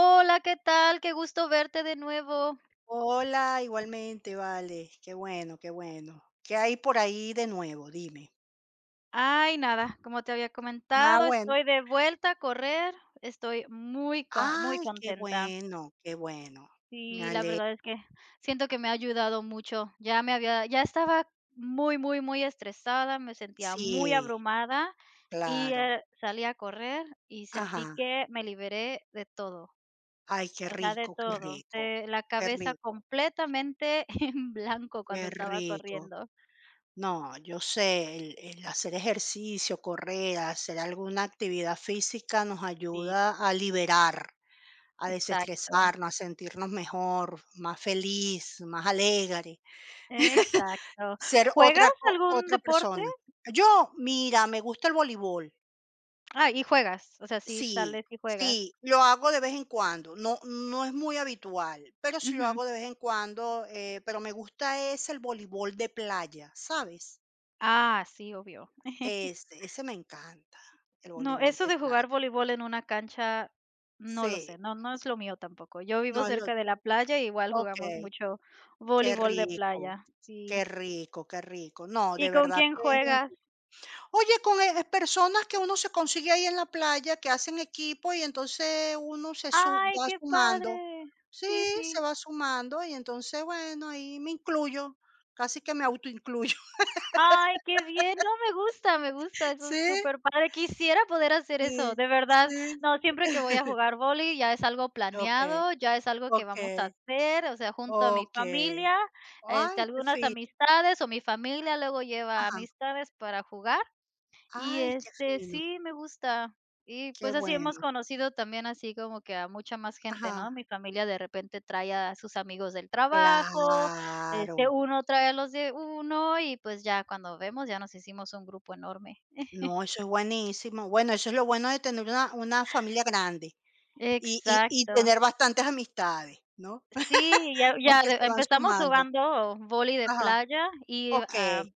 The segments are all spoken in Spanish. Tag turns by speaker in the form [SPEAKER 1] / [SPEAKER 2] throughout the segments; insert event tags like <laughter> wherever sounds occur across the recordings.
[SPEAKER 1] Hola, ¿qué tal? Qué gusto verte de nuevo.
[SPEAKER 2] Hola, igualmente, vale. Qué bueno, qué bueno. ¿Qué hay por ahí de nuevo? Dime.
[SPEAKER 1] Ay, nada, como te había
[SPEAKER 2] Nada
[SPEAKER 1] comentado,
[SPEAKER 2] bueno.
[SPEAKER 1] estoy de vuelta a correr. Estoy muy
[SPEAKER 2] Ay, qué
[SPEAKER 1] contenta.
[SPEAKER 2] bueno, qué bueno. Me
[SPEAKER 1] Y la
[SPEAKER 2] ale
[SPEAKER 1] verdad es que siento que me ha ayudado mucho. Ya estaba muy, muy, muy estresada, me sentía muy
[SPEAKER 2] Sí,
[SPEAKER 1] abrumada y
[SPEAKER 2] claro.
[SPEAKER 1] salí a correr y sentí
[SPEAKER 2] Ajá.
[SPEAKER 1] que me liberé de todo,
[SPEAKER 2] Ay, qué
[SPEAKER 1] o sea, de
[SPEAKER 2] rico, qué
[SPEAKER 1] todo,
[SPEAKER 2] rico,
[SPEAKER 1] de la
[SPEAKER 2] qué
[SPEAKER 1] cabeza
[SPEAKER 2] rico,
[SPEAKER 1] completamente <laughs> en blanco cuando
[SPEAKER 2] qué
[SPEAKER 1] estaba
[SPEAKER 2] rico.
[SPEAKER 1] corriendo.
[SPEAKER 2] No, yo sé, el hacer ejercicio, correr, hacer alguna actividad física nos
[SPEAKER 1] Sí,
[SPEAKER 2] ayuda a liberar, a
[SPEAKER 1] exacto.
[SPEAKER 2] desestresarnos, a sentirnos mejor, más feliz, más alegre, <laughs>
[SPEAKER 1] Exacto.
[SPEAKER 2] ser
[SPEAKER 1] ¿Juegas
[SPEAKER 2] otra,
[SPEAKER 1] algún
[SPEAKER 2] otra
[SPEAKER 1] deporte?
[SPEAKER 2] persona. Yo, mira, me gusta el voleibol.
[SPEAKER 1] Ah, y juegas, o sea, sí
[SPEAKER 2] Sí,
[SPEAKER 1] sales y juegas.
[SPEAKER 2] sí, lo hago de vez en cuando. No, no es muy habitual, pero sí lo
[SPEAKER 1] Ujú.
[SPEAKER 2] hago de vez en cuando. Pero me gusta es el voleibol de playa, ¿sabes?
[SPEAKER 1] Ah, sí, obvio. <laughs>
[SPEAKER 2] Ese me encanta, el
[SPEAKER 1] No,
[SPEAKER 2] voleibol
[SPEAKER 1] eso
[SPEAKER 2] de
[SPEAKER 1] de jugar
[SPEAKER 2] playa.
[SPEAKER 1] voleibol en una cancha, no lo
[SPEAKER 2] Sí,
[SPEAKER 1] sé, no, no es lo mío tampoco. Yo vivo
[SPEAKER 2] no el
[SPEAKER 1] cerca de
[SPEAKER 2] otro.
[SPEAKER 1] la playa, y igual jugamos
[SPEAKER 2] Okey,
[SPEAKER 1] mucho
[SPEAKER 2] qué
[SPEAKER 1] voleibol de
[SPEAKER 2] rico,
[SPEAKER 1] playa,
[SPEAKER 2] qué
[SPEAKER 1] sí.
[SPEAKER 2] rico, qué rico. No, de
[SPEAKER 1] ¿Y con
[SPEAKER 2] verdad
[SPEAKER 1] quién
[SPEAKER 2] que es bien
[SPEAKER 1] juegas?
[SPEAKER 2] rico. Oye, personas que uno se consigue ahí en la playa, que hacen equipo y entonces uno se su
[SPEAKER 1] ¡Ay,
[SPEAKER 2] va
[SPEAKER 1] qué
[SPEAKER 2] sumando.
[SPEAKER 1] padre!
[SPEAKER 2] Sí,
[SPEAKER 1] Sí,
[SPEAKER 2] se
[SPEAKER 1] sí.
[SPEAKER 2] va sumando y entonces, bueno, ahí me incluyo, casi que me autoincluyo.
[SPEAKER 1] Ay, qué bien. No,
[SPEAKER 2] <laughs>
[SPEAKER 1] me gusta, eso es
[SPEAKER 2] Sí,
[SPEAKER 1] súper padre. Quisiera poder hacer eso,
[SPEAKER 2] sí,
[SPEAKER 1] de verdad.
[SPEAKER 2] sí.
[SPEAKER 1] No, siempre que voy a
[SPEAKER 2] <laughs>
[SPEAKER 1] jugar vóley ya es algo
[SPEAKER 2] Okey,
[SPEAKER 1] planeado, ya es algo que vamos
[SPEAKER 2] okey,
[SPEAKER 1] a hacer, o sea, junto a mi
[SPEAKER 2] okey.
[SPEAKER 1] familia,
[SPEAKER 2] Ay,
[SPEAKER 1] este,
[SPEAKER 2] qué
[SPEAKER 1] algunas
[SPEAKER 2] fino.
[SPEAKER 1] amistades o mi familia luego lleva
[SPEAKER 2] Ajá.
[SPEAKER 1] amistades para jugar. Y,
[SPEAKER 2] Ay, qué
[SPEAKER 1] este,
[SPEAKER 2] fino,
[SPEAKER 1] sí, me gusta. Y,
[SPEAKER 2] qué
[SPEAKER 1] pues, así hemos
[SPEAKER 2] bueno.
[SPEAKER 1] conocido también así como que a mucha más gente,
[SPEAKER 2] Ajá.
[SPEAKER 1] ¿no? Mi familia de repente trae a sus amigos del trabajo,
[SPEAKER 2] Claro.
[SPEAKER 1] este, uno trae a los de uno y, pues, ya cuando vemos, ya nos hicimos un grupo enorme.
[SPEAKER 2] No, eso es buenísimo. Bueno, eso es lo bueno de tener una familia grande y
[SPEAKER 1] Exacto.
[SPEAKER 2] tener bastantes amistades, ¿no?
[SPEAKER 1] Sí, ya
[SPEAKER 2] <laughs>
[SPEAKER 1] ya
[SPEAKER 2] Porque
[SPEAKER 1] de
[SPEAKER 2] se van
[SPEAKER 1] empezamos
[SPEAKER 2] sumando.
[SPEAKER 1] jugando vóley de
[SPEAKER 2] Ajá.
[SPEAKER 1] playa y, ah
[SPEAKER 2] Okey.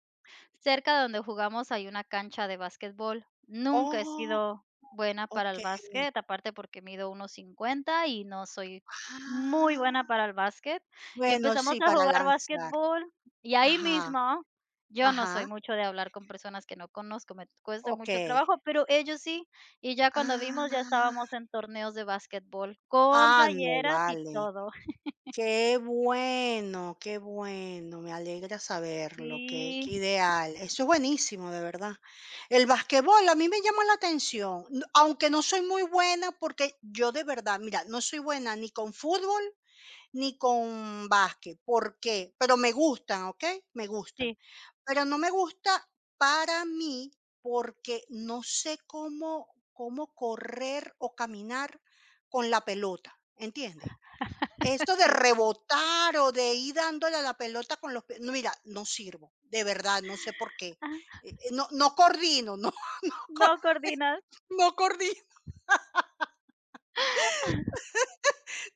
[SPEAKER 1] Cerca de donde jugamos hay una cancha de basquetbol. Nunca he
[SPEAKER 2] Oh,
[SPEAKER 1] sido buena para el
[SPEAKER 2] okey.
[SPEAKER 1] básquet, aparte porque mido 1,50 y no soy muy buena
[SPEAKER 2] Ah.
[SPEAKER 1] para el básquet. Y
[SPEAKER 2] Bueno,
[SPEAKER 1] empezamos
[SPEAKER 2] sí,
[SPEAKER 1] a
[SPEAKER 2] para
[SPEAKER 1] jugar
[SPEAKER 2] lanzar.
[SPEAKER 1] basquetbol y ahí
[SPEAKER 2] Ajá,
[SPEAKER 1] mismo, yo no soy
[SPEAKER 2] ajá.
[SPEAKER 1] mucho de hablar con personas que no conozco, me cuesta mucho
[SPEAKER 2] Okey.
[SPEAKER 1] trabajo, pero ellos sí. Y ya cuando vimos, ya estábamos
[SPEAKER 2] Ah.
[SPEAKER 1] en torneos de basquetbol con
[SPEAKER 2] Ah, no,
[SPEAKER 1] playeras y
[SPEAKER 2] vale.
[SPEAKER 1] todo. <laughs>
[SPEAKER 2] Qué bueno, me alegra saberlo, qué, qué
[SPEAKER 1] Sí,
[SPEAKER 2] ideal. Eso es buenísimo, de verdad. El basquetbol a mí me llama la atención, aunque no soy muy buena porque yo de verdad, mira, no soy buena ni con fútbol ni con básquet. ¿Por qué? Pero me gustan, ¿ok? Me gustan.
[SPEAKER 1] sí,
[SPEAKER 2] Pero no me gusta para mí porque no sé cómo, cómo correr o caminar con la pelota, ¿entiendes? Esto
[SPEAKER 1] <laughs>
[SPEAKER 2] de
[SPEAKER 1] sí.
[SPEAKER 2] rebotar o de ir dándole a la pelota con los pies, no, mira, no sirvo, de verdad, no sé por qué. No coordino, no <laughs>
[SPEAKER 1] No
[SPEAKER 2] cor
[SPEAKER 1] coordinas.
[SPEAKER 2] no coordino.
[SPEAKER 1] <laughs>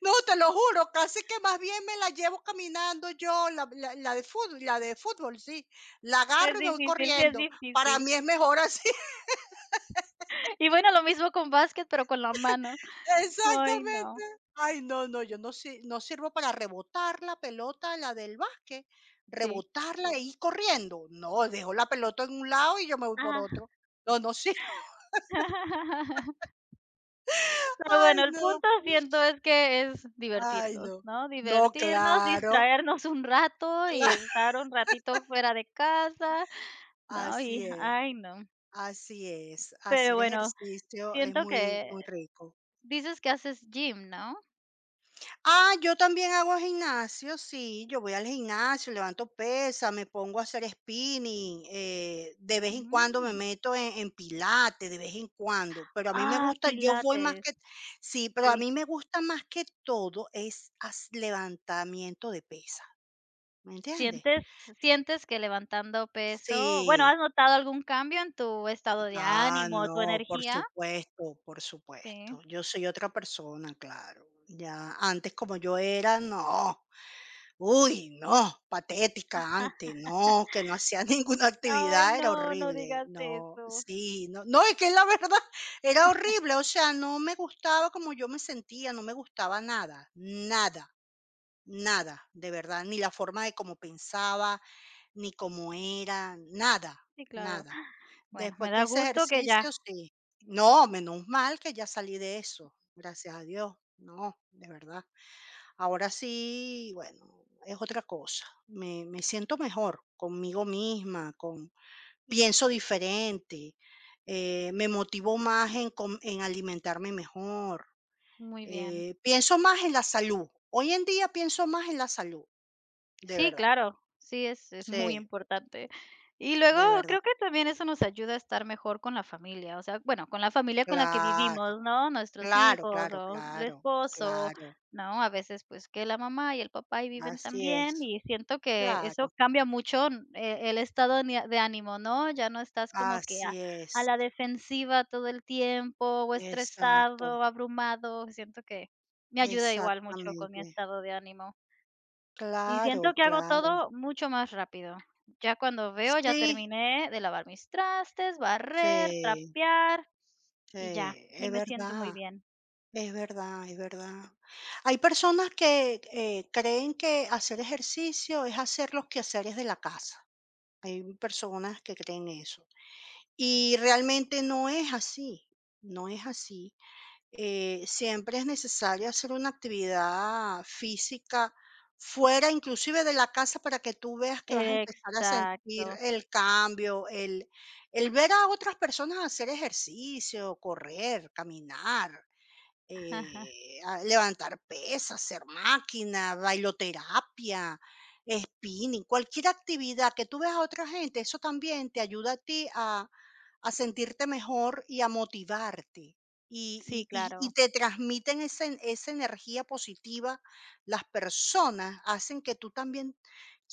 [SPEAKER 2] No, te lo juro, casi que más bien me la llevo caminando yo, la de fútbol, sí. La
[SPEAKER 1] Es
[SPEAKER 2] agarro y me voy
[SPEAKER 1] difícil, sí es
[SPEAKER 2] corriendo. Para
[SPEAKER 1] difícil.
[SPEAKER 2] mí es mejor así.
[SPEAKER 1] <laughs> Y bueno, lo mismo con básquet, pero con la mano. Ay,
[SPEAKER 2] Exactamente.
[SPEAKER 1] no.
[SPEAKER 2] Ay, no, no, yo no si no sirvo para rebotar la pelota, la del básquet,
[SPEAKER 1] Sí.
[SPEAKER 2] rebotarla e ir corriendo. No, dejo la pelota en un lado y yo me voy por
[SPEAKER 1] Ajá.
[SPEAKER 2] otro. No, no sirvo.
[SPEAKER 1] <laughs>
[SPEAKER 2] <laughs>
[SPEAKER 1] Pero
[SPEAKER 2] Ay,
[SPEAKER 1] bueno, el
[SPEAKER 2] no,
[SPEAKER 1] punto siento es que es
[SPEAKER 2] ay,
[SPEAKER 1] divertirnos,
[SPEAKER 2] no.
[SPEAKER 1] ¿no?
[SPEAKER 2] No,
[SPEAKER 1] Divertirnos,
[SPEAKER 2] claro,
[SPEAKER 1] distraernos un rato y
[SPEAKER 2] claro.
[SPEAKER 1] estar un ratito fuera de casa, ¿no?
[SPEAKER 2] Así
[SPEAKER 1] Y,
[SPEAKER 2] es,
[SPEAKER 1] ay, no.
[SPEAKER 2] así es.
[SPEAKER 1] Pero
[SPEAKER 2] Hacer
[SPEAKER 1] bueno,
[SPEAKER 2] ejercicio es
[SPEAKER 1] siento
[SPEAKER 2] muy,
[SPEAKER 1] que
[SPEAKER 2] muy rico.
[SPEAKER 1] dices que haces gym, ¿no?
[SPEAKER 2] Ah, yo también hago gimnasio, sí, yo voy al gimnasio, levanto pesas, me pongo a hacer spinning, de vez en cuando me
[SPEAKER 1] Mm.
[SPEAKER 2] meto en pilates, de vez en cuando, pero a mí me
[SPEAKER 1] Ah,
[SPEAKER 2] gusta, yo voy más
[SPEAKER 1] pilates,
[SPEAKER 2] que, sí, pero a
[SPEAKER 1] sí.
[SPEAKER 2] mí me gusta más que todo es levantamiento de pesas, ¿me entiendes?
[SPEAKER 1] ¿Sientes sientes que levantando peso? Bueno,
[SPEAKER 2] Sí.
[SPEAKER 1] ¿has notado algún cambio en tu estado de
[SPEAKER 2] Ah,
[SPEAKER 1] ánimo o tu
[SPEAKER 2] no, por
[SPEAKER 1] energía?
[SPEAKER 2] supuesto, por
[SPEAKER 1] Sí.
[SPEAKER 2] supuesto. Yo soy otra persona, claro. Ya antes como yo era, no. Uy, no, patética antes, no, que no hacía <laughs> ninguna
[SPEAKER 1] Ay,
[SPEAKER 2] actividad, era
[SPEAKER 1] no, no
[SPEAKER 2] horrible.
[SPEAKER 1] digas
[SPEAKER 2] No,
[SPEAKER 1] eso.
[SPEAKER 2] sí, no, no, es que la verdad <laughs> era horrible, o sea, no me gustaba como yo me sentía, no me gustaba nada, nada, nada, de verdad, ni la forma de cómo pensaba, ni cómo era, nada,
[SPEAKER 1] Sí, claro.
[SPEAKER 2] nada.
[SPEAKER 1] Bueno, me
[SPEAKER 2] Después que
[SPEAKER 1] da
[SPEAKER 2] hice
[SPEAKER 1] gusto que ya.
[SPEAKER 2] ejercicio, sí. No, menos mal que ya salí de eso, gracias a Dios. No, de verdad. Ahora sí, bueno, es otra cosa. Me siento mejor conmigo misma, con, pienso diferente, me motivo más en, en alimentarme mejor,
[SPEAKER 1] Muy bien.
[SPEAKER 2] pienso más en la salud. Hoy en día pienso más en la salud, de
[SPEAKER 1] Sí,
[SPEAKER 2] verdad.
[SPEAKER 1] claro, sí, es muy
[SPEAKER 2] Sí,
[SPEAKER 1] importante. Y luego
[SPEAKER 2] de verdad.
[SPEAKER 1] creo que también eso nos ayuda a estar mejor con la familia, o sea, bueno, con la familia con la que
[SPEAKER 2] Claro.
[SPEAKER 1] vivimos, ¿no? Nuestros
[SPEAKER 2] Claro,
[SPEAKER 1] hijos
[SPEAKER 2] claro,
[SPEAKER 1] o el
[SPEAKER 2] claro,
[SPEAKER 1] esposo,
[SPEAKER 2] claro.
[SPEAKER 1] ¿no? A veces, pues, que la mamá y el papá y viven
[SPEAKER 2] Así
[SPEAKER 1] también
[SPEAKER 2] es.
[SPEAKER 1] y siento que
[SPEAKER 2] Claro,
[SPEAKER 1] eso cambia mucho, el estado ni de ánimo, ¿no? Ya no estás como que
[SPEAKER 2] así
[SPEAKER 1] a
[SPEAKER 2] es.
[SPEAKER 1] la defensiva todo el tiempo o
[SPEAKER 2] Exacto,
[SPEAKER 1] estresado, abrumado, siento que me ayuda igual mucho con mi
[SPEAKER 2] exactamente.
[SPEAKER 1] estado de ánimo. Y
[SPEAKER 2] Claro,
[SPEAKER 1] siento que hago
[SPEAKER 2] claro.
[SPEAKER 1] todo mucho más rápido. Ya cuando veo, ya
[SPEAKER 2] Sí,
[SPEAKER 1] terminé de lavar mis trastes, barrer,
[SPEAKER 2] sí,
[SPEAKER 1] trapear
[SPEAKER 2] sí,
[SPEAKER 1] y ya, y
[SPEAKER 2] es
[SPEAKER 1] me siento muy
[SPEAKER 2] verdad,
[SPEAKER 1] bien.
[SPEAKER 2] es verdad, es verdad. Hay personas que creen que hacer ejercicio es hacer los quehaceres de la casa. Hay personas que creen eso. Y realmente no es así, no es así. Siempre es necesario hacer una actividad física fuera inclusive de la casa para que tú veas que vas a empezar a sentir
[SPEAKER 1] Exacto.
[SPEAKER 2] el cambio, el ver a otras personas hacer ejercicio, correr, caminar, levantar pesas, hacer máquina, bailoterapia, spinning, cualquier actividad que tú veas a otra gente, eso también te ayuda a ti a sentirte mejor y a motivarte.
[SPEAKER 1] Sí,
[SPEAKER 2] Y, y
[SPEAKER 1] claro.
[SPEAKER 2] te transmiten esa, esa energía positiva. Las personas hacen que tú también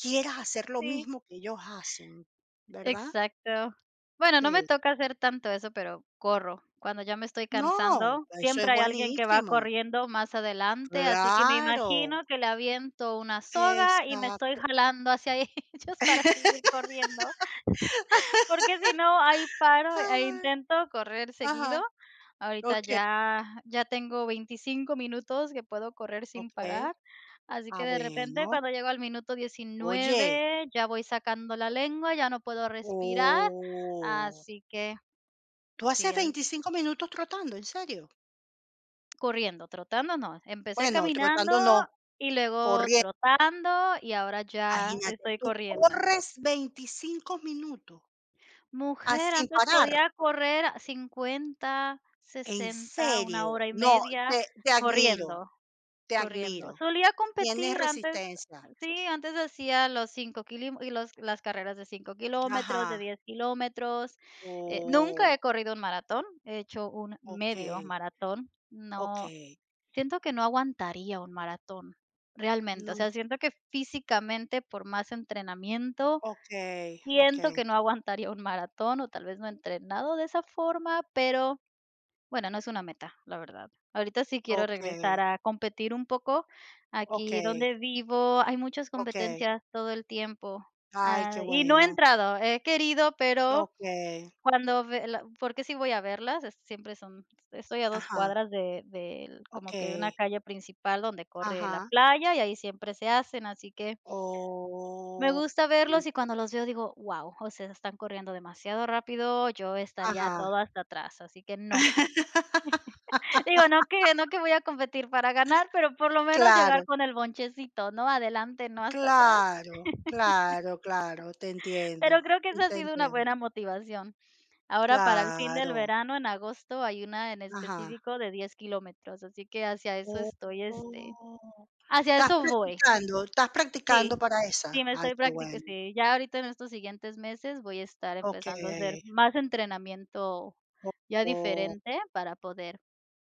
[SPEAKER 2] quieras hacer lo
[SPEAKER 1] Sí,
[SPEAKER 2] mismo que ellos hacen, ¿verdad?
[SPEAKER 1] exacto. Bueno, no me
[SPEAKER 2] Sí.
[SPEAKER 1] toca hacer tanto eso, pero corro. Cuando ya me estoy
[SPEAKER 2] No,
[SPEAKER 1] cansando,
[SPEAKER 2] eso es
[SPEAKER 1] siempre hay alguien que va
[SPEAKER 2] buenísimo.
[SPEAKER 1] corriendo más adelante, así que me
[SPEAKER 2] Claro,
[SPEAKER 1] imagino que le aviento una soga y me estoy
[SPEAKER 2] exacto.
[SPEAKER 1] jalando hacia <laughs> ellos para seguir corriendo. Porque si no, ahí paro, ahí
[SPEAKER 2] Ah,
[SPEAKER 1] intento correr seguido.
[SPEAKER 2] ajá,
[SPEAKER 1] Ahorita
[SPEAKER 2] ok,
[SPEAKER 1] ya tengo 25 minutos que puedo correr sin
[SPEAKER 2] ok.
[SPEAKER 1] parar, así
[SPEAKER 2] Ah,
[SPEAKER 1] que de repente
[SPEAKER 2] bueno.
[SPEAKER 1] cuando llego al minuto
[SPEAKER 2] Oye,
[SPEAKER 1] diecinueve ya voy sacando la lengua, ya no puedo respirar,
[SPEAKER 2] oh,
[SPEAKER 1] así que
[SPEAKER 2] tú haces
[SPEAKER 1] sí,
[SPEAKER 2] 25 minutos trotando, ¿en serio?
[SPEAKER 1] corriendo, trotando no, empecé
[SPEAKER 2] Bueno,
[SPEAKER 1] caminando
[SPEAKER 2] trotando no.
[SPEAKER 1] y luego
[SPEAKER 2] Corriendo,
[SPEAKER 1] trotando y ahora ya
[SPEAKER 2] imagínate,
[SPEAKER 1] estoy
[SPEAKER 2] tú
[SPEAKER 1] corriendo.
[SPEAKER 2] corres 25 minutos, ah,
[SPEAKER 1] Mujer,
[SPEAKER 2] sin
[SPEAKER 1] antes
[SPEAKER 2] parar,
[SPEAKER 1] podía correr a 50,
[SPEAKER 2] en
[SPEAKER 1] 60,
[SPEAKER 2] serio.
[SPEAKER 1] una hora y
[SPEAKER 2] No,
[SPEAKER 1] media,
[SPEAKER 2] te admiro,
[SPEAKER 1] corriendo,
[SPEAKER 2] te
[SPEAKER 1] corriendo.
[SPEAKER 2] admiro.
[SPEAKER 1] Solía
[SPEAKER 2] Tienes
[SPEAKER 1] competir antes,
[SPEAKER 2] resistencia.
[SPEAKER 1] sí, antes hacía los 5 kilo y los, las carreras de 5 kilómetros, de
[SPEAKER 2] Ajá.
[SPEAKER 1] 10 kilómetros. Nunca
[SPEAKER 2] Oh,
[SPEAKER 1] he corrido un maratón, he hecho un medio
[SPEAKER 2] okey,
[SPEAKER 1] maratón. No,
[SPEAKER 2] okey.
[SPEAKER 1] siento que no aguantaría un maratón, realmente. O
[SPEAKER 2] No,
[SPEAKER 1] sea, siento que físicamente, por más entrenamiento.
[SPEAKER 2] okey,
[SPEAKER 1] Siento
[SPEAKER 2] okey,
[SPEAKER 1] que no aguantaría un maratón o tal vez no he entrenado de esa forma, pero bueno, no es una meta, la verdad. Ahorita sí quiero regresar
[SPEAKER 2] okey,
[SPEAKER 1] a competir un poco. Aquí
[SPEAKER 2] okey,
[SPEAKER 1] donde vivo hay muchas
[SPEAKER 2] okey.
[SPEAKER 1] competencias todo el tiempo,
[SPEAKER 2] Ay, qué
[SPEAKER 1] y no he
[SPEAKER 2] bueno.
[SPEAKER 1] entrado, he querido, pero
[SPEAKER 2] Okey,
[SPEAKER 1] cuando ve la porque sí voy a verlas, es siempre son estoy a dos
[SPEAKER 2] ajá,
[SPEAKER 1] cuadras de del como que de una
[SPEAKER 2] okey,
[SPEAKER 1] calle principal donde corre la
[SPEAKER 2] ajá.
[SPEAKER 1] playa y ahí siempre se hacen, así que me
[SPEAKER 2] Oh,
[SPEAKER 1] gusta verlos y cuando los veo digo: wow o sea, están corriendo demasiado rápido, yo estaría
[SPEAKER 2] ajá,
[SPEAKER 1] todo hasta atrás", así que no. <laughs> Digo, no que voy a competir para ganar, pero por lo menos
[SPEAKER 2] claro.
[SPEAKER 1] llegar con el bonchecito, ¿no? Adelante, no hasta atrás.
[SPEAKER 2] Claro, claro, claro, te
[SPEAKER 1] Pero
[SPEAKER 2] entiendo,
[SPEAKER 1] creo que
[SPEAKER 2] sí
[SPEAKER 1] esa ha
[SPEAKER 2] te
[SPEAKER 1] sido una
[SPEAKER 2] entiendo.
[SPEAKER 1] buena motivación. Ahora para el fin del
[SPEAKER 2] Claro,
[SPEAKER 1] verano, en agosto, hay una en
[SPEAKER 2] ajá.
[SPEAKER 1] específico de 10 kilómetros, así que
[SPEAKER 2] Oh, oh.
[SPEAKER 1] hacia
[SPEAKER 2] ¿Estás
[SPEAKER 1] eso voy.
[SPEAKER 2] practicando? ¿Estás practicando
[SPEAKER 1] Sí,
[SPEAKER 2] para esa?
[SPEAKER 1] sí, me
[SPEAKER 2] Ay,
[SPEAKER 1] estoy
[SPEAKER 2] qué bueno.
[SPEAKER 1] practicando, sí, ya ahorita en estos siguientes meses voy a estar empezando a hacer
[SPEAKER 2] Okey.
[SPEAKER 1] más entrenamiento
[SPEAKER 2] Oh,
[SPEAKER 1] ya
[SPEAKER 2] oh,
[SPEAKER 1] diferente para poder,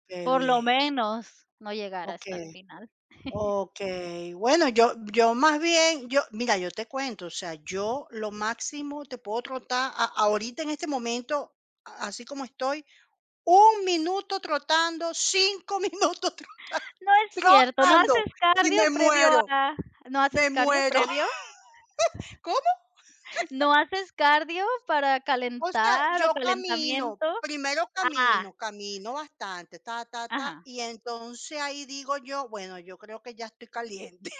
[SPEAKER 2] qué
[SPEAKER 1] por lo
[SPEAKER 2] bien.
[SPEAKER 1] menos, no llegar hasta
[SPEAKER 2] Okey,
[SPEAKER 1] el final. <laughs>
[SPEAKER 2] okey. Bueno, yo más bien, yo mira, yo te cuento, o sea, yo lo máximo te puedo trotar a ahorita en este momento, a así como estoy, 1 minuto trotando, 5 <laughs> minutos trotando,
[SPEAKER 1] No es cierto, no haces
[SPEAKER 2] trotando, y
[SPEAKER 1] cardio
[SPEAKER 2] me
[SPEAKER 1] previo
[SPEAKER 2] muero,
[SPEAKER 1] a ¿no
[SPEAKER 2] me
[SPEAKER 1] haces cardio
[SPEAKER 2] muero.
[SPEAKER 1] previo?
[SPEAKER 2] <laughs> ¿Cómo?
[SPEAKER 1] ¿No haces cardio para
[SPEAKER 2] O sea,
[SPEAKER 1] calentar o
[SPEAKER 2] yo camino,
[SPEAKER 1] calentamiento?
[SPEAKER 2] primero
[SPEAKER 1] Ah,
[SPEAKER 2] camino, camino bastante, ta, ta, ta,
[SPEAKER 1] ajá.
[SPEAKER 2] y entonces ahí digo yo, bueno, yo creo que ya estoy caliente.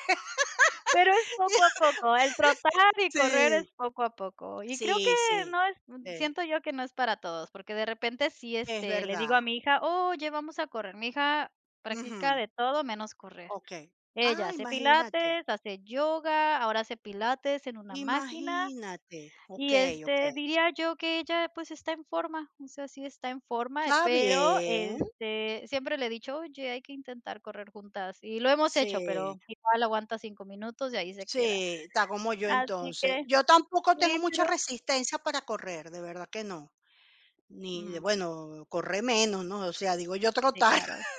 [SPEAKER 1] Pero es poco a
[SPEAKER 2] <laughs>
[SPEAKER 1] poco, el trotar y correr
[SPEAKER 2] Sí,
[SPEAKER 1] es poco a poco. Y creo que
[SPEAKER 2] sí, sí,
[SPEAKER 1] no es mm,
[SPEAKER 2] sí,
[SPEAKER 1] siento yo que no es para todos, porque de repente sí,
[SPEAKER 2] es
[SPEAKER 1] este, le digo
[SPEAKER 2] verdad.
[SPEAKER 1] a mi hija: "Oye, vamos a correr". Mi hija
[SPEAKER 2] Ujú,
[SPEAKER 1] practica de todo menos correr.
[SPEAKER 2] okey.
[SPEAKER 1] Ella
[SPEAKER 2] Ah,
[SPEAKER 1] hace
[SPEAKER 2] imagínate,
[SPEAKER 1] pilates, hace yoga, ahora hace pilates en una máquina
[SPEAKER 2] imagínate.
[SPEAKER 1] y,
[SPEAKER 2] Okey,
[SPEAKER 1] este,
[SPEAKER 2] okey.
[SPEAKER 1] diría yo que ella, pues, está en forma, o sea, sí está en forma,
[SPEAKER 2] Está
[SPEAKER 1] pero,
[SPEAKER 2] bien.
[SPEAKER 1] este, siempre le he dicho: "Oye, hay que intentar correr juntas", y lo hemos hecho,
[SPEAKER 2] Sí,
[SPEAKER 1] pero igual aguanta 5 minutos y ahí se queda.
[SPEAKER 2] sí, está como yo
[SPEAKER 1] Así
[SPEAKER 2] entonces.
[SPEAKER 1] que
[SPEAKER 2] Yo tampoco
[SPEAKER 1] sí,
[SPEAKER 2] tengo mucha
[SPEAKER 1] pero
[SPEAKER 2] resistencia para correr, de verdad que no. Ni de,
[SPEAKER 1] ujú,
[SPEAKER 2] bueno, correr menos, ¿no? O sea, digo yo
[SPEAKER 1] sí,
[SPEAKER 2] trotar.
[SPEAKER 1] claro.
[SPEAKER 2] <laughs>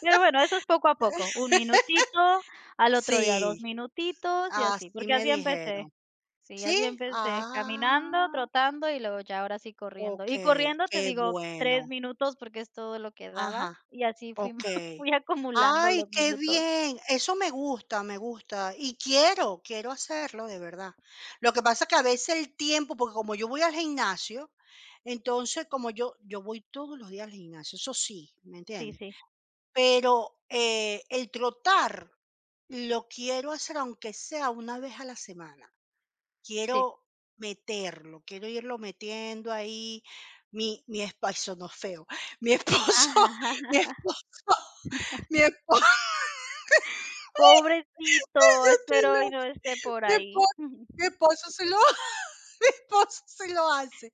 [SPEAKER 1] Pero bueno, eso es poco a poco, un minutito, al otro día 2
[SPEAKER 2] Sí,
[SPEAKER 1] minutitos y así,
[SPEAKER 2] así
[SPEAKER 1] porque
[SPEAKER 2] me
[SPEAKER 1] así
[SPEAKER 2] dijeron.
[SPEAKER 1] empecé. Sí,
[SPEAKER 2] ¿Sí?
[SPEAKER 1] así empecé, caminando,
[SPEAKER 2] Ah,
[SPEAKER 1] trotando y luego ya ahora sí corriendo.
[SPEAKER 2] ok,
[SPEAKER 1] Y corriendo te
[SPEAKER 2] qué
[SPEAKER 1] digo
[SPEAKER 2] bueno.
[SPEAKER 1] 3 minutos porque es todo lo que daba
[SPEAKER 2] Ajá.
[SPEAKER 1] y así fuimos <laughs>
[SPEAKER 2] Okey.
[SPEAKER 1] fui acumulando
[SPEAKER 2] Ay,
[SPEAKER 1] los
[SPEAKER 2] qué
[SPEAKER 1] minutos.
[SPEAKER 2] bien. Eso me gusta, me gusta. Y quiero, quiero hacerlo de verdad. Lo que pasa que a veces el tiempo, porque como yo voy al gimnasio, entonces como yo voy todos los días al gimnasio, eso sí, ¿me
[SPEAKER 1] Sí,
[SPEAKER 2] entiendes?
[SPEAKER 1] sí,
[SPEAKER 2] Pero, el trotar lo quiero hacer, aunque sea una vez a la semana. Quiero
[SPEAKER 1] sí.
[SPEAKER 2] meterlo, quiero irlo metiendo ahí. Mi esposo no feo. Mi esposo <laughs> mi
[SPEAKER 1] <laughs>
[SPEAKER 2] esposo <laughs> mi esposo <laughs>
[SPEAKER 1] Pobrecito,
[SPEAKER 2] Yo te
[SPEAKER 1] espero
[SPEAKER 2] lo
[SPEAKER 1] y no esté por
[SPEAKER 2] mi espo
[SPEAKER 1] ahí. <laughs>
[SPEAKER 2] mi esposo se lo <laughs> mi esposo se lo hace.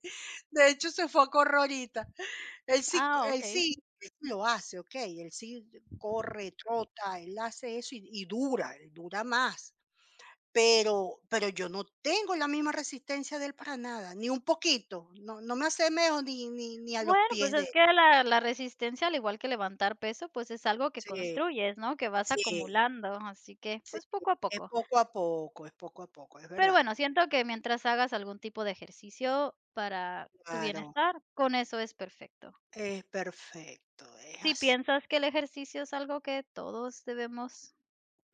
[SPEAKER 2] De hecho, se fue a correr ahorita. Él sí co
[SPEAKER 1] Ah,
[SPEAKER 2] él
[SPEAKER 1] okey.
[SPEAKER 2] sí él sí lo hace, okey, él sí corre, trota, él hace eso y dura, él dura más, pero yo no tengo la misma resistencia de él para nada, ni un poquito, no no me asemejo ni a los
[SPEAKER 1] Bueno, pues
[SPEAKER 2] pies de
[SPEAKER 1] es
[SPEAKER 2] él.
[SPEAKER 1] que la resistencia, al igual que levantar peso, pues es algo que
[SPEAKER 2] Sí,
[SPEAKER 1] construyes, ¿no? Que vas
[SPEAKER 2] sí,
[SPEAKER 1] acumulando, así que,
[SPEAKER 2] sí,
[SPEAKER 1] pues poco a
[SPEAKER 2] es
[SPEAKER 1] poco.
[SPEAKER 2] poco a poco, es poco a poco, es
[SPEAKER 1] Pero
[SPEAKER 2] verdad.
[SPEAKER 1] bueno, siento que mientras hagas algún tipo de ejercicio para tu
[SPEAKER 2] Claro,
[SPEAKER 1] bienestar, con eso es perfecto.
[SPEAKER 2] es perfecto, es
[SPEAKER 1] Si
[SPEAKER 2] así.
[SPEAKER 1] piensas que el ejercicio es algo que todos debemos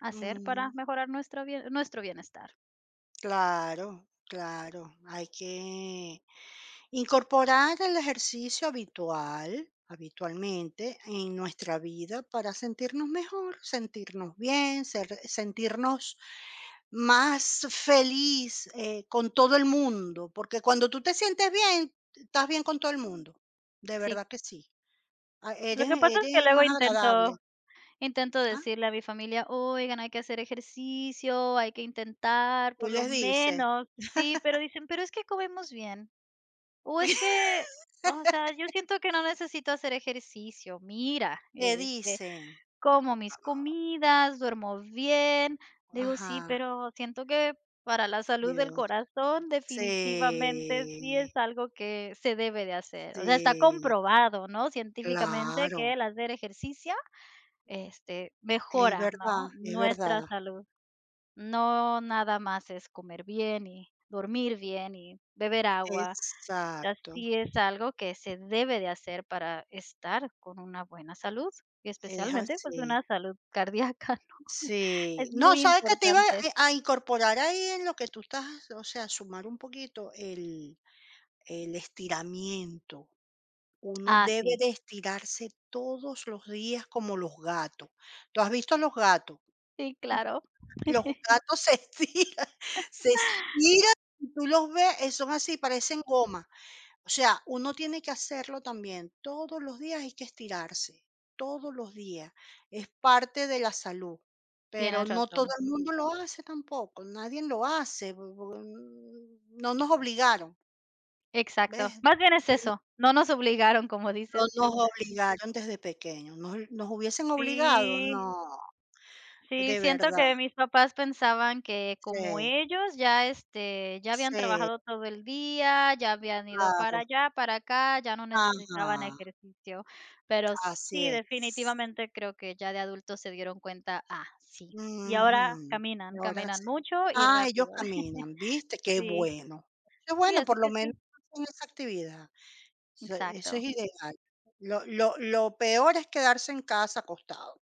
[SPEAKER 1] hacer para
[SPEAKER 2] Mm,
[SPEAKER 1] mejorar nuestro bienestar,
[SPEAKER 2] claro, claro. Hay que incorporar el ejercicio habitual, habitualmente, en nuestra vida para sentirnos mejor, sentirnos bien, sentirnos más feliz con todo el mundo. Porque cuando tú te sientes bien, estás bien con todo el mundo. De
[SPEAKER 1] sí.
[SPEAKER 2] verdad que sí. Ah,
[SPEAKER 1] Lo
[SPEAKER 2] eres,
[SPEAKER 1] que pasa es que
[SPEAKER 2] eres
[SPEAKER 1] luego
[SPEAKER 2] más agradable.
[SPEAKER 1] intento
[SPEAKER 2] ¿Ah?
[SPEAKER 1] decirle a mi familia: "Oigan, hay que hacer ejercicio, hay que intentar
[SPEAKER 2] Tú
[SPEAKER 1] por lo
[SPEAKER 2] les dices,
[SPEAKER 1] menos". Sí, pero dicen: "Pero es que comemos bien". O es
[SPEAKER 2] <laughs>
[SPEAKER 1] que, o sea, yo siento que no necesito hacer ejercicio. Mira,
[SPEAKER 2] le
[SPEAKER 1] este,
[SPEAKER 2] dicen.
[SPEAKER 1] como mis comidas, duermo bien. Digo: "Sí,
[SPEAKER 2] Ajá,
[SPEAKER 1] pero siento que para la salud del
[SPEAKER 2] Dios.
[SPEAKER 1] corazón definitivamente sí
[SPEAKER 2] Sí,
[SPEAKER 1] es algo que se debe de hacer". O sea, está
[SPEAKER 2] sí,
[SPEAKER 1] comprobado, ¿no? Científicamente que
[SPEAKER 2] claro,
[SPEAKER 1] el hacer ejercicio
[SPEAKER 2] es
[SPEAKER 1] mejora,
[SPEAKER 2] verdad,
[SPEAKER 1] ¿no?,
[SPEAKER 2] es verdad.
[SPEAKER 1] nuestra salud. No nada más es comer bien y dormir bien y beber agua.
[SPEAKER 2] Exacto,
[SPEAKER 1] Así es algo que se debe de hacer para estar con una buena salud, y
[SPEAKER 2] es
[SPEAKER 1] especialmente, pues,
[SPEAKER 2] así.
[SPEAKER 1] una salud cardíaca. <laughs>
[SPEAKER 2] Sí,
[SPEAKER 1] Es
[SPEAKER 2] no,
[SPEAKER 1] muy
[SPEAKER 2] ¿sabes que te iba
[SPEAKER 1] importante.
[SPEAKER 2] a incorporar ahí en lo que tú estás, o sea, sumar un poquito el estiramiento. Uno
[SPEAKER 1] Ah,
[SPEAKER 2] debe
[SPEAKER 1] sí.
[SPEAKER 2] de estirarse todos los días como los gatos. ¿Tú has visto los gatos?
[SPEAKER 1] Sí, claro,
[SPEAKER 2] Los gatos se estiran, <laughs> se estiran y tú los ves, son así, parecen goma. O sea, uno tiene que hacerlo también. Todos los días hay que estirarse, todos los días. Es parte de la salud, pero
[SPEAKER 1] tienes
[SPEAKER 2] no todo
[SPEAKER 1] razón.
[SPEAKER 2] el mundo lo hace tampoco, nadie lo hace. No nos obligaron,
[SPEAKER 1] Exacto.
[SPEAKER 2] ¿ves?
[SPEAKER 1] Más bien es eso, no nos obligaron, como
[SPEAKER 2] No
[SPEAKER 1] dices
[SPEAKER 2] nos
[SPEAKER 1] tú.
[SPEAKER 2] obligaron desde pequeños. Nos hubiesen obligado,
[SPEAKER 1] Sí.
[SPEAKER 2] no,
[SPEAKER 1] Sí,
[SPEAKER 2] de
[SPEAKER 1] siento
[SPEAKER 2] verdad.
[SPEAKER 1] que mis papás pensaban que como
[SPEAKER 2] Sí,
[SPEAKER 1] ellos ya, este, ya habían
[SPEAKER 2] sí,
[SPEAKER 1] trabajado todo el día, ya habían ido para
[SPEAKER 2] claro.
[SPEAKER 1] allá, para acá, ya no
[SPEAKER 2] Ajá.
[SPEAKER 1] necesitaban ejercicio. Pero
[SPEAKER 2] Así
[SPEAKER 1] sí,
[SPEAKER 2] es.
[SPEAKER 1] definitivamente creo que ya de adultos se dieron cuenta, ah, sí. Y ahora
[SPEAKER 2] Ujú. Y
[SPEAKER 1] caminan,
[SPEAKER 2] ahora
[SPEAKER 1] caminan
[SPEAKER 2] sí.
[SPEAKER 1] mucho y
[SPEAKER 2] Ah, ellos
[SPEAKER 1] rápido. <laughs>
[SPEAKER 2] caminan, ¿viste? Qué
[SPEAKER 1] Sí,
[SPEAKER 2] bueno. Qué
[SPEAKER 1] sí,
[SPEAKER 2] bueno,
[SPEAKER 1] así
[SPEAKER 2] por lo
[SPEAKER 1] que
[SPEAKER 2] menos
[SPEAKER 1] sí.
[SPEAKER 2] hacen esa actividad. Eso es
[SPEAKER 1] Exacto.
[SPEAKER 2] ideal. Lo peor es quedarse en casa acostado.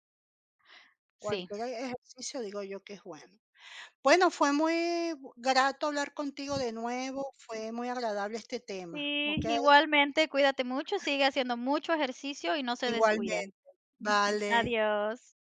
[SPEAKER 1] Sí.
[SPEAKER 2] Cualquier ejercicio digo yo que es bueno. Bueno, fue muy bu grato hablar contigo de nuevo, fue muy agradable este tema,
[SPEAKER 1] Sí,
[SPEAKER 2] ¿ok?
[SPEAKER 1] igualmente, cuídate mucho, sigue haciendo mucho ejercicio y no se
[SPEAKER 2] Igualmente.
[SPEAKER 1] descuiden. <laughs>
[SPEAKER 2] Vale.
[SPEAKER 1] Adiós.